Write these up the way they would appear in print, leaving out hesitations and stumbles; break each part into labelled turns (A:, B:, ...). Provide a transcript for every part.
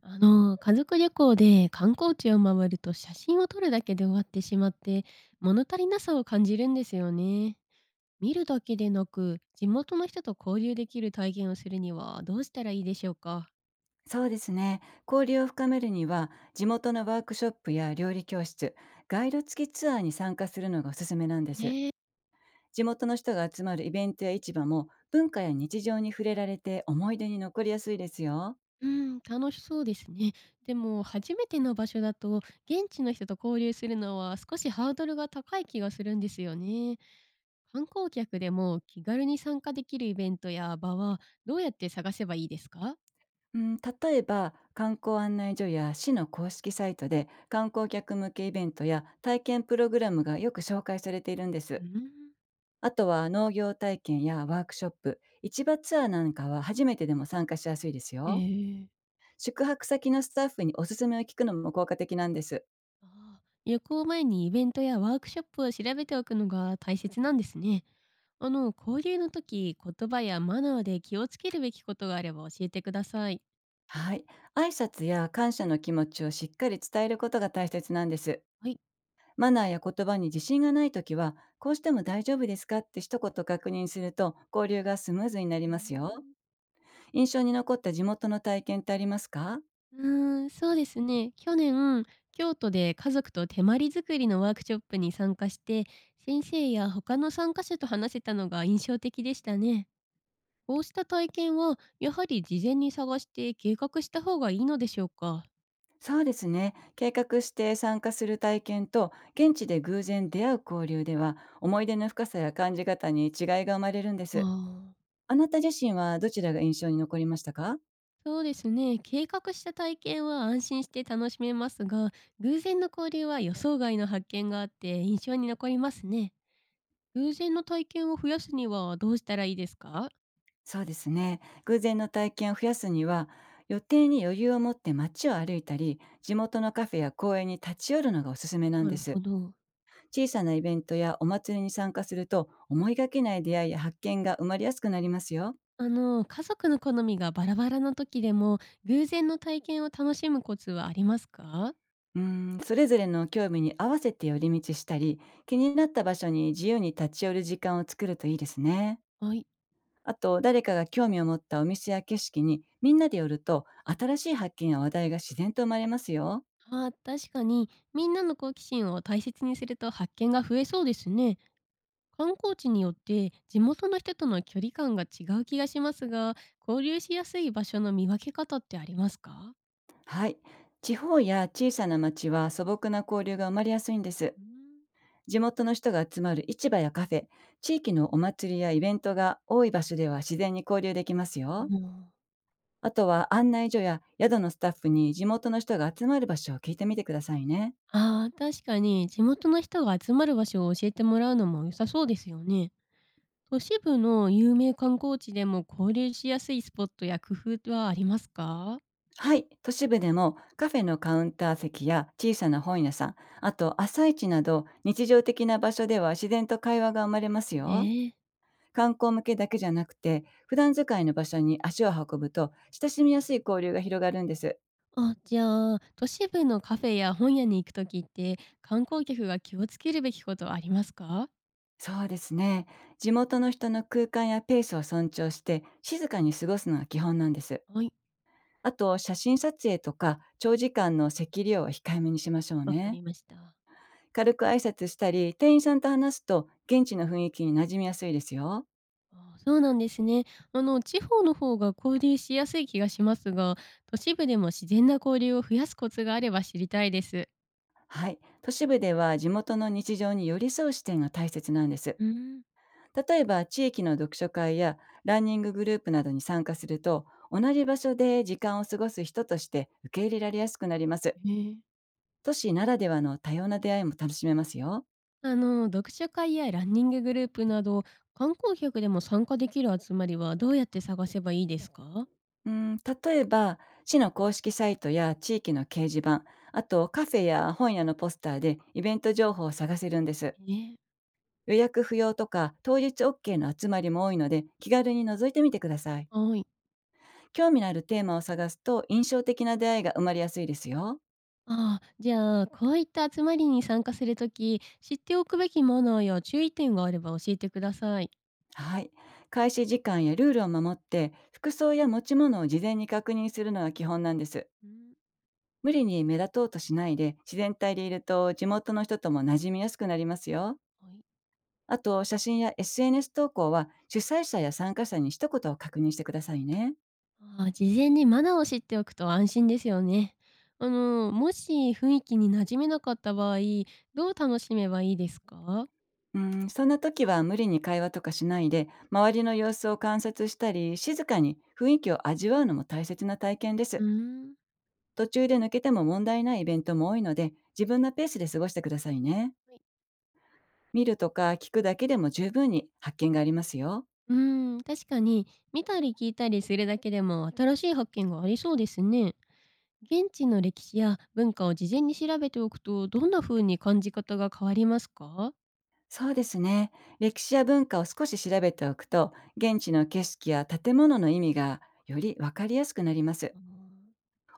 A: 家族旅行で観光地を回ると写真を撮るだけで終わってしまって、物足りなさを感じるんですよね。見るだけでなく、地元の人と交流できる体験をするにはどうしたらいいでしょうか。
B: そうですね。交流を深めるには、地元のワークショップや料理教室、ガイド付きツアーに参加するのがおすすめなんです。
A: えー
B: 地元の人が集まるイベントや市場も、文化や日常に触れられて思い出に残りやすいですよ。
A: うん、楽しそうですね。でも、初めての場所だと、現地の人と交流するのは少しハードルが高い気がするんですよね。観光客でも気軽に参加できるイベントや場はどうやって探せばいいですか？
B: うん、例えば、観光案内所や市の公式サイトで観光客向けイベントや体験プログラムがよく紹介されているんで
A: う
B: す。
A: ん。
B: あとは農業体験やワークショップ、市場ツアーなんかは初めてでも参加しやすいですよ。
A: ええ。
B: 宿泊先のスタッフにおすすめを聞くのも効果的なんです。
A: ああ、旅行前にイベントやワークショップを調べておくのが大切なんですね。交流の時、言葉やマナーで気をつけるべきことがあれば教えてください。
B: はい。挨拶や感謝の気持ちをしっかり伝えることが大切なんです。
A: はい。
B: マナーや言葉に自信がないときは、こうしても大丈夫ですかって一言確認すると、交流がスムーズになり
A: うー
B: ますよ。
A: ん。
B: 印象に残った地元の体験ってありますか？
A: うーん、そうですね。去年、京都で家族と手まり作りのワークショップに参加して、先生や他の参加者と話せたのが印象的でしたね。こうした体験は、やはり事前に探して計画した方がいいのでしょうか。
B: そうですね。計画して参加する体験と、現地で偶然出会う交流では、思い出の深さや感じ方に違いが生まれるんで
A: あ
B: す。
A: あ。
B: あなた自身はどちらが印象に残りましたか？
A: そうですね。計画した体験は安心して楽しめますが、偶然の交流は予想外の発見があって印象に残りますね。偶然の体験を増やすにはどうしたらいいですか？
B: そうですね。偶然の体験を増やすには、予定に余裕を持って街を歩いたり、地元のカフェや公園に立ち寄るのがおすすめなん
A: な
B: で
A: るほ
B: す。
A: ど。
B: 小さなイベントやお祭りに参加すると、思いがけない出会いや発見が生まれやすくなりますよ。
A: 家族の好みがバラバラの時でも、偶然の体験を楽しむコツはありますか？
B: うん、それぞれの興味に合わせて寄り道したり、気になった場所に自由に立ち寄る時間を作るといいですね。
A: はい。
B: あと、誰かが興味を持ったお店や景色にみんなで寄ると、新しい発見や話題が自然と生まれますよ。
A: あー確かに、みんなの好奇心を大切にすると発見が増えそうですね。観光地によって地元の人との距離感が違う気がしますが、交流しやすい場所の見分け方ってありますか？
B: はい。地方や小さな町は素朴な交流が生まれやすいんです。
A: うーん。
B: 地元の人が集まる市場やカフェ、地域のお祭りやイベントが多い場所では自然に交流できます
A: ああ
B: よ。
A: ー、
B: あとは案内所や宿のスタッフに地元の人が集まる場所を聞いてみてくださいね。
A: 確かに地元の人が集まる場所を教えてもらうのも良さそうですよね。都市部の有名観光地でも交流しやすいスポットや工夫はありますか？
B: はい。都市部でもカフェのカウンター席や小さな本屋さん、あと朝市など日常的な場所では自然と会話が生まれますよ。
A: ええ。
B: 観光向けだけじゃなくて、普段使いの場所に足を運ぶと、親しみやすい交流が広がるんです。
A: あ、じゃあ、都市部のカフェや本屋に行くときって、観光客が気をつけるべきことはありますか？
B: そうですね。地元の人の空間やペースを尊重して、静かに過ごすのが基本なんです。
A: はい、
B: あと、写真撮影とか、長時間の席利用は控えめにしましょう
A: わか
B: ね。
A: りました。
B: 軽く挨拶したり、店員さんと話すと、現地の雰囲気に馴染みやすいですよ。
A: ああ、そうなんですね。地方の方が交流しやすい気がしますが、都市部でも自然な交流を増やすコツがあれば知りたいです。
B: はい。都市部では地元の日常に寄り添う視点が大切なんです。
A: うん、
B: 例えば地域の読書会やランニンググループなどに参加すると、同じ場所で時間を過ごす人として受け入れられやすくなります。
A: ねえ。
B: 都市ならではの多様な出会いも楽しめますよ。
A: 読書会やランニンググループなど、観光客でも参加できる集まりはどうやって探せばいいですか
B: うん、例えば、市の公式サイトや地域の掲示板、あとカフェや本屋のポスターでイベント情報を探せるんです。
A: ね？
B: 予約不要とか当日 OK の集まりも多いので、気軽に覗いてみてください。
A: はい。
B: 興味のあるテーマを探すと印象的な出会いが生まれやすいですよ。
A: ああ、じゃあ、こういった集まりに参加するとき、知っておくべきマナーや注意点があれば教えてください。
B: はい。開始時間やルールを守って、服装や持ち物を事前に確認するのは基本なんです。
A: うん。
B: 無理に目立とうとしないで、自然体でいると地元の人とも馴染みやすくなりますよ。
A: はい。
B: あと、写真や SNS 投稿は主催者や参加者に一言を確認してくださいね。
A: ああ、事前にマナーを知っておくと安心ですよね。もし雰囲気に馴染めなかった場合、どう楽しめばいいですか？
B: うん、そんな時は無理に会話とかしないで、周りの様子を観察したり、静かに雰囲気を味わうのも大切な体験で
A: う
B: す。
A: ーん。
B: 途中で抜けても問題ないイベントも多いので、自分のペースで過ごしてくださいね。
A: はい。
B: 見るとか聞くだけでも十分に発見がありますよ。
A: うーん、確かに見たり聞いたりするだけでも新しい発見がありそうですね。現地の歴史や文化を事前に調べておくとどんな風に感じ方が変わりますか？
B: そうですね。歴史や文化を少し調べておくと、現地の景色や建物の意味がよりわかりやすくなります。
A: あ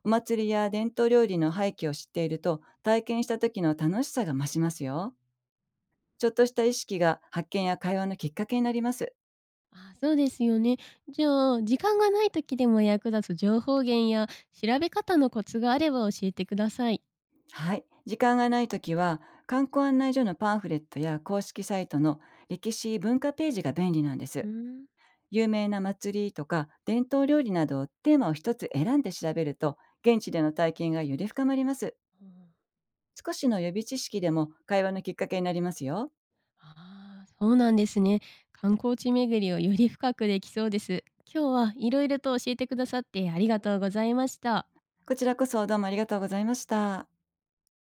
B: お祭りや伝統料理の背景を知っていると、体験した時の楽しさが増しますよ。ちょっとした意識が発見や会話のきっかけになります。
A: あ、そうですよね。じゃあ、時間がない時でも役立つ情報源や調べ方のコツがあれば教えてください。
B: はい。時間がない時は、観光案内所のパンフレットや公式サイトの歴史文化ページが便利なんで
A: うー
B: す。
A: ん。
B: 有名な祭りとか伝統料理などをテーマを一つ選んで調べると、現地での体験がより深まります。少しの予備知識でも会話のきっかけになりますよ。
A: ああ、そうなんですね。観光地巡りをより深くできそうです。今日はいろいろと教えてくださってありがとうございました。
B: こちらこそどうもありがとうございました。